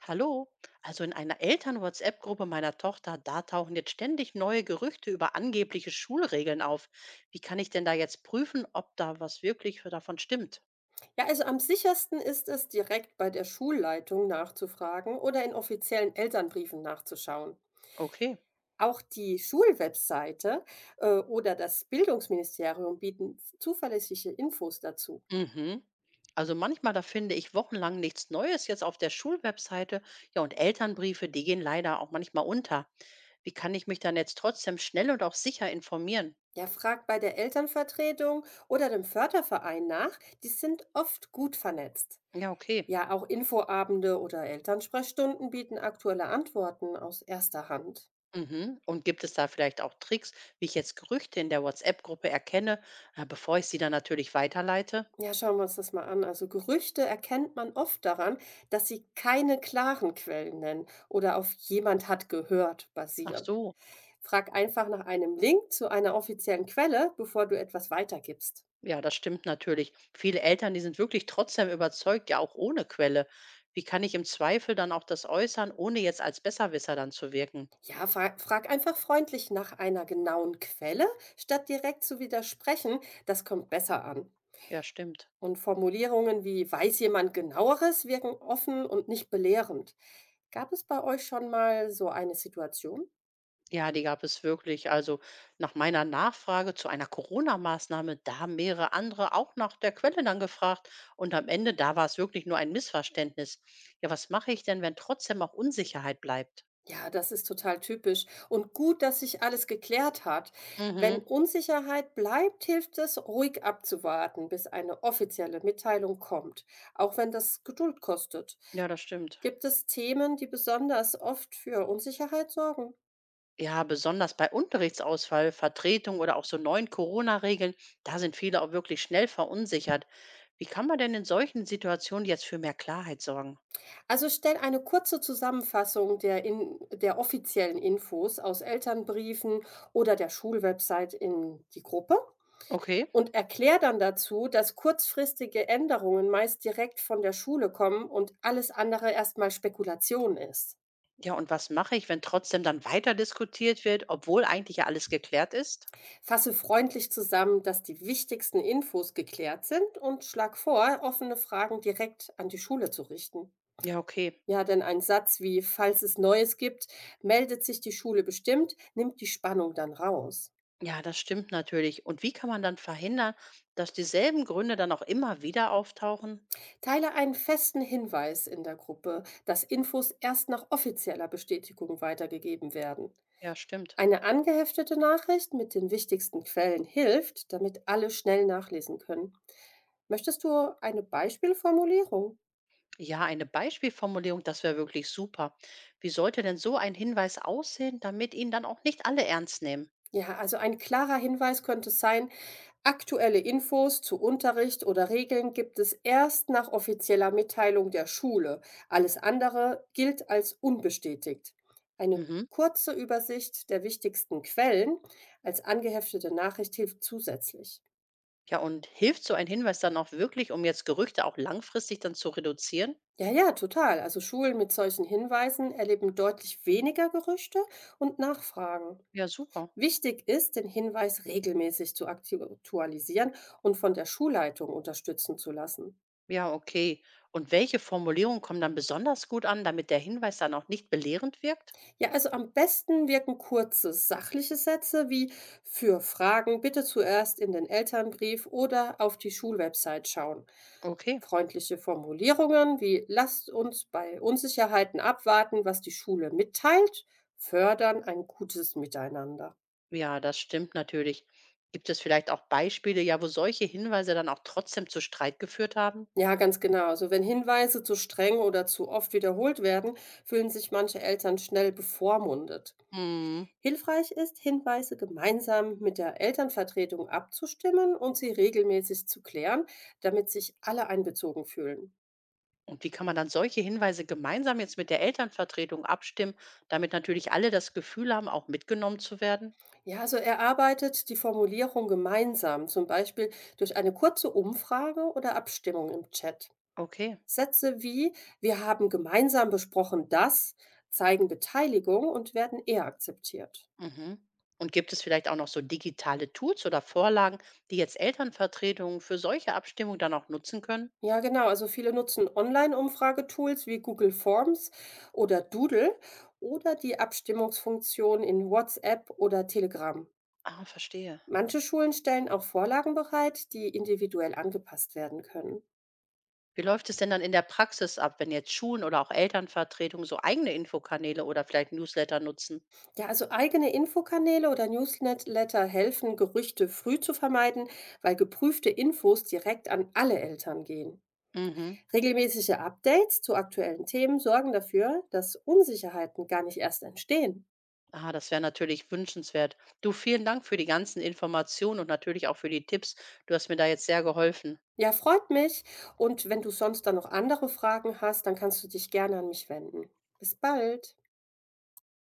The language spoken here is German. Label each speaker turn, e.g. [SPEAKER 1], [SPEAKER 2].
[SPEAKER 1] Hallo, also in einer Eltern-WhatsApp-Gruppe meiner Tochter, da tauchen jetzt ständig neue Gerüchte über angebliche Schulregeln auf. Wie kann ich denn da jetzt prüfen, ob da was wirklich davon stimmt?
[SPEAKER 2] Ja, also am sichersten ist es, direkt bei der Schulleitung nachzufragen oder in offiziellen Elternbriefen nachzuschauen.
[SPEAKER 1] Okay.
[SPEAKER 2] Auch die Schulwebseite oder das Bildungsministerium bieten zuverlässige Infos dazu.
[SPEAKER 1] Mhm. Also manchmal, da finde ich wochenlang nichts Neues jetzt auf der Schulwebseite. Ja, und Elternbriefe, die gehen leider auch manchmal unter. Wie kann ich mich dann jetzt trotzdem schnell und auch sicher informieren?
[SPEAKER 2] Ja, fragt bei der Elternvertretung oder dem Förderverein nach, die sind oft gut vernetzt.
[SPEAKER 1] Ja, okay.
[SPEAKER 2] Ja, auch Infoabende oder Elternsprechstunden bieten aktuelle Antworten aus erster Hand.
[SPEAKER 1] Mhm. Und gibt es da vielleicht auch Tricks, wie ich jetzt Gerüchte in der WhatsApp-Gruppe erkenne, bevor ich sie dann natürlich weiterleite?
[SPEAKER 2] Ja, schauen wir uns das mal an. Also Gerüchte erkennt man oft daran, dass sie keine klaren Quellen nennen oder auf jemand hat gehört
[SPEAKER 1] Ach
[SPEAKER 2] basieren.
[SPEAKER 1] so,
[SPEAKER 2] Frag einfach nach einem Link zu einer offiziellen Quelle, bevor du etwas weitergibst.
[SPEAKER 1] ja, das stimmt natürlich. Viele Eltern, die sind wirklich trotzdem überzeugt, ja auch ohne Quelle. Wie kann ich im Zweifel dann auch das äußern, ohne jetzt als Besserwisser dann zu wirken?
[SPEAKER 2] Ja, frag einfach freundlich nach einer genauen Quelle, statt direkt zu widersprechen. Das kommt besser an.
[SPEAKER 1] Ja, stimmt.
[SPEAKER 2] Und Formulierungen wie weiß jemand genaueres wirken offen und nicht belehrend. Gab es bei euch schon mal so eine Situation?
[SPEAKER 1] Ja, die gab es wirklich. Also nach meiner Nachfrage zu einer Corona-Maßnahme, da haben mehrere andere auch nach der Quelle dann gefragt. Und am Ende, da war es wirklich nur ein Missverständnis. Ja, was mache ich denn, wenn trotzdem auch Unsicherheit bleibt?
[SPEAKER 2] Ja, das ist total typisch. Und gut, dass sich alles geklärt hat. Wenn
[SPEAKER 1] Mhm.
[SPEAKER 2] Unsicherheit bleibt, hilft es, ruhig abzuwarten, bis eine offizielle Mitteilung kommt, auch wenn das Geduld kostet.
[SPEAKER 1] Ja, das stimmt.
[SPEAKER 2] Gibt es Themen, die besonders oft für Unsicherheit sorgen?
[SPEAKER 1] Ja, besonders bei Unterrichtsausfall, Vertretung oder auch so neuen Corona-Regeln, da sind viele auch wirklich schnell verunsichert. Wie kann man denn in solchen Situationen jetzt für mehr Klarheit sorgen?
[SPEAKER 2] Also stell eine kurze Zusammenfassung der offiziellen Infos aus Elternbriefen oder der Schulwebsite in die Gruppe.
[SPEAKER 1] Okay.
[SPEAKER 2] Und erkläre dann dazu, dass kurzfristige Änderungen meist direkt von der Schule kommen und alles andere erstmal Spekulation ist.
[SPEAKER 1] Ja, und was mache ich, wenn trotzdem dann weiter diskutiert wird, obwohl eigentlich ja alles geklärt ist?
[SPEAKER 2] Fasse freundlich zusammen, dass die wichtigsten Infos geklärt sind, und schlag vor, offene Fragen direkt an die Schule zu richten.
[SPEAKER 1] Ja, okay.
[SPEAKER 2] Ja, denn ein Satz wie, falls es Neues gibt, meldet sich die Schule bestimmt, nimmt die Spannung dann raus.
[SPEAKER 1] Ja, das stimmt natürlich. Und wie kann man dann verhindern, dass dieselben Gründe dann auch immer wieder auftauchen?
[SPEAKER 2] Teile einen festen Hinweis in der Gruppe, dass Infos erst nach offizieller Bestätigung weitergegeben werden.
[SPEAKER 1] Ja, stimmt.
[SPEAKER 2] Eine angeheftete Nachricht mit den wichtigsten Quellen hilft, damit alle schnell nachlesen können. Möchtest du eine Beispielformulierung?
[SPEAKER 1] Ja, eine Beispielformulierung, das wäre wirklich super. Wie sollte denn so ein Hinweis aussehen, damit ihn dann auch nicht alle ernst nehmen?
[SPEAKER 2] Ja, also ein klarer Hinweis könnte sein, aktuelle Infos zu Unterricht oder Regeln gibt es erst nach offizieller Mitteilung der Schule. Alles andere gilt als unbestätigt. Eine
[SPEAKER 1] Mhm.
[SPEAKER 2] kurze Übersicht der wichtigsten Quellen als angeheftete Nachricht hilft zusätzlich.
[SPEAKER 1] Ja, und hilft so ein Hinweis dann auch wirklich, um jetzt Gerüchte auch langfristig dann zu reduzieren?
[SPEAKER 2] Ja, total. Also Schulen mit solchen Hinweisen erleben deutlich weniger Gerüchte und Nachfragen.
[SPEAKER 1] Ja, super.
[SPEAKER 2] Wichtig ist, den Hinweis regelmäßig zu aktualisieren und von der Schulleitung unterstützen zu lassen.
[SPEAKER 1] Ja, okay. Und welche Formulierungen kommen dann besonders gut an, damit der Hinweis dann auch nicht belehrend wirkt?
[SPEAKER 2] Ja, also am besten wirken kurze, sachliche Sätze wie für Fragen bitte zuerst in den Elternbrief oder auf die Schulwebsite schauen.
[SPEAKER 1] Okay,
[SPEAKER 2] Freundliche Formulierungen wie lasst uns bei Unsicherheiten abwarten, was die Schule mitteilt, fördern ein gutes Miteinander.
[SPEAKER 1] ja, das stimmt natürlich. Gibt es vielleicht auch Beispiele, ja, wo solche Hinweise dann auch trotzdem zu Streit geführt haben?
[SPEAKER 2] Ja, ganz genau. Also wenn Hinweise zu streng oder zu oft wiederholt werden, fühlen sich manche Eltern schnell bevormundet.
[SPEAKER 1] Hm.
[SPEAKER 2] Hilfreich ist, Hinweise gemeinsam mit der Elternvertretung abzustimmen und sie regelmäßig zu klären, damit sich alle einbezogen fühlen.
[SPEAKER 1] Und wie kann man dann solche Hinweise gemeinsam jetzt mit der Elternvertretung abstimmen, damit natürlich alle das Gefühl haben, auch mitgenommen zu werden?
[SPEAKER 2] Ja, also erarbeitet die Formulierung gemeinsam, zum Beispiel durch eine kurze Umfrage oder Abstimmung im Chat.
[SPEAKER 1] Okay.
[SPEAKER 2] Sätze wie wir haben gemeinsam besprochen das zeigen Beteiligung und werden eher akzeptiert.
[SPEAKER 1] Mhm. Und gibt es vielleicht auch noch so digitale Tools oder Vorlagen, die jetzt Elternvertretungen für solche Abstimmungen dann auch nutzen können?
[SPEAKER 2] Ja, genau. Also viele nutzen Online-Umfragetools wie Google Forms oder Doodle oder die Abstimmungsfunktion in WhatsApp oder Telegram.
[SPEAKER 1] Ah, verstehe.
[SPEAKER 2] Manche Schulen stellen auch Vorlagen bereit, die individuell angepasst werden können.
[SPEAKER 1] Wie läuft es denn dann in der Praxis ab, wenn jetzt Schulen oder auch Elternvertretungen so eigene Infokanäle oder vielleicht Newsletter nutzen?
[SPEAKER 2] Ja, also eigene Infokanäle oder Newsletter helfen, Gerüchte früh zu vermeiden, weil geprüfte Infos direkt an alle Eltern gehen.
[SPEAKER 1] Mhm.
[SPEAKER 2] Regelmäßige Updates zu aktuellen Themen sorgen dafür, dass Unsicherheiten gar nicht erst entstehen.
[SPEAKER 1] Ah, das wäre natürlich wünschenswert. Du, vielen Dank für die ganzen Informationen und natürlich auch für die Tipps. Du hast mir da jetzt sehr geholfen.
[SPEAKER 2] Ja, freut mich. Und wenn du sonst dann noch andere Fragen hast, dann kannst du dich gerne an mich wenden. Bis bald.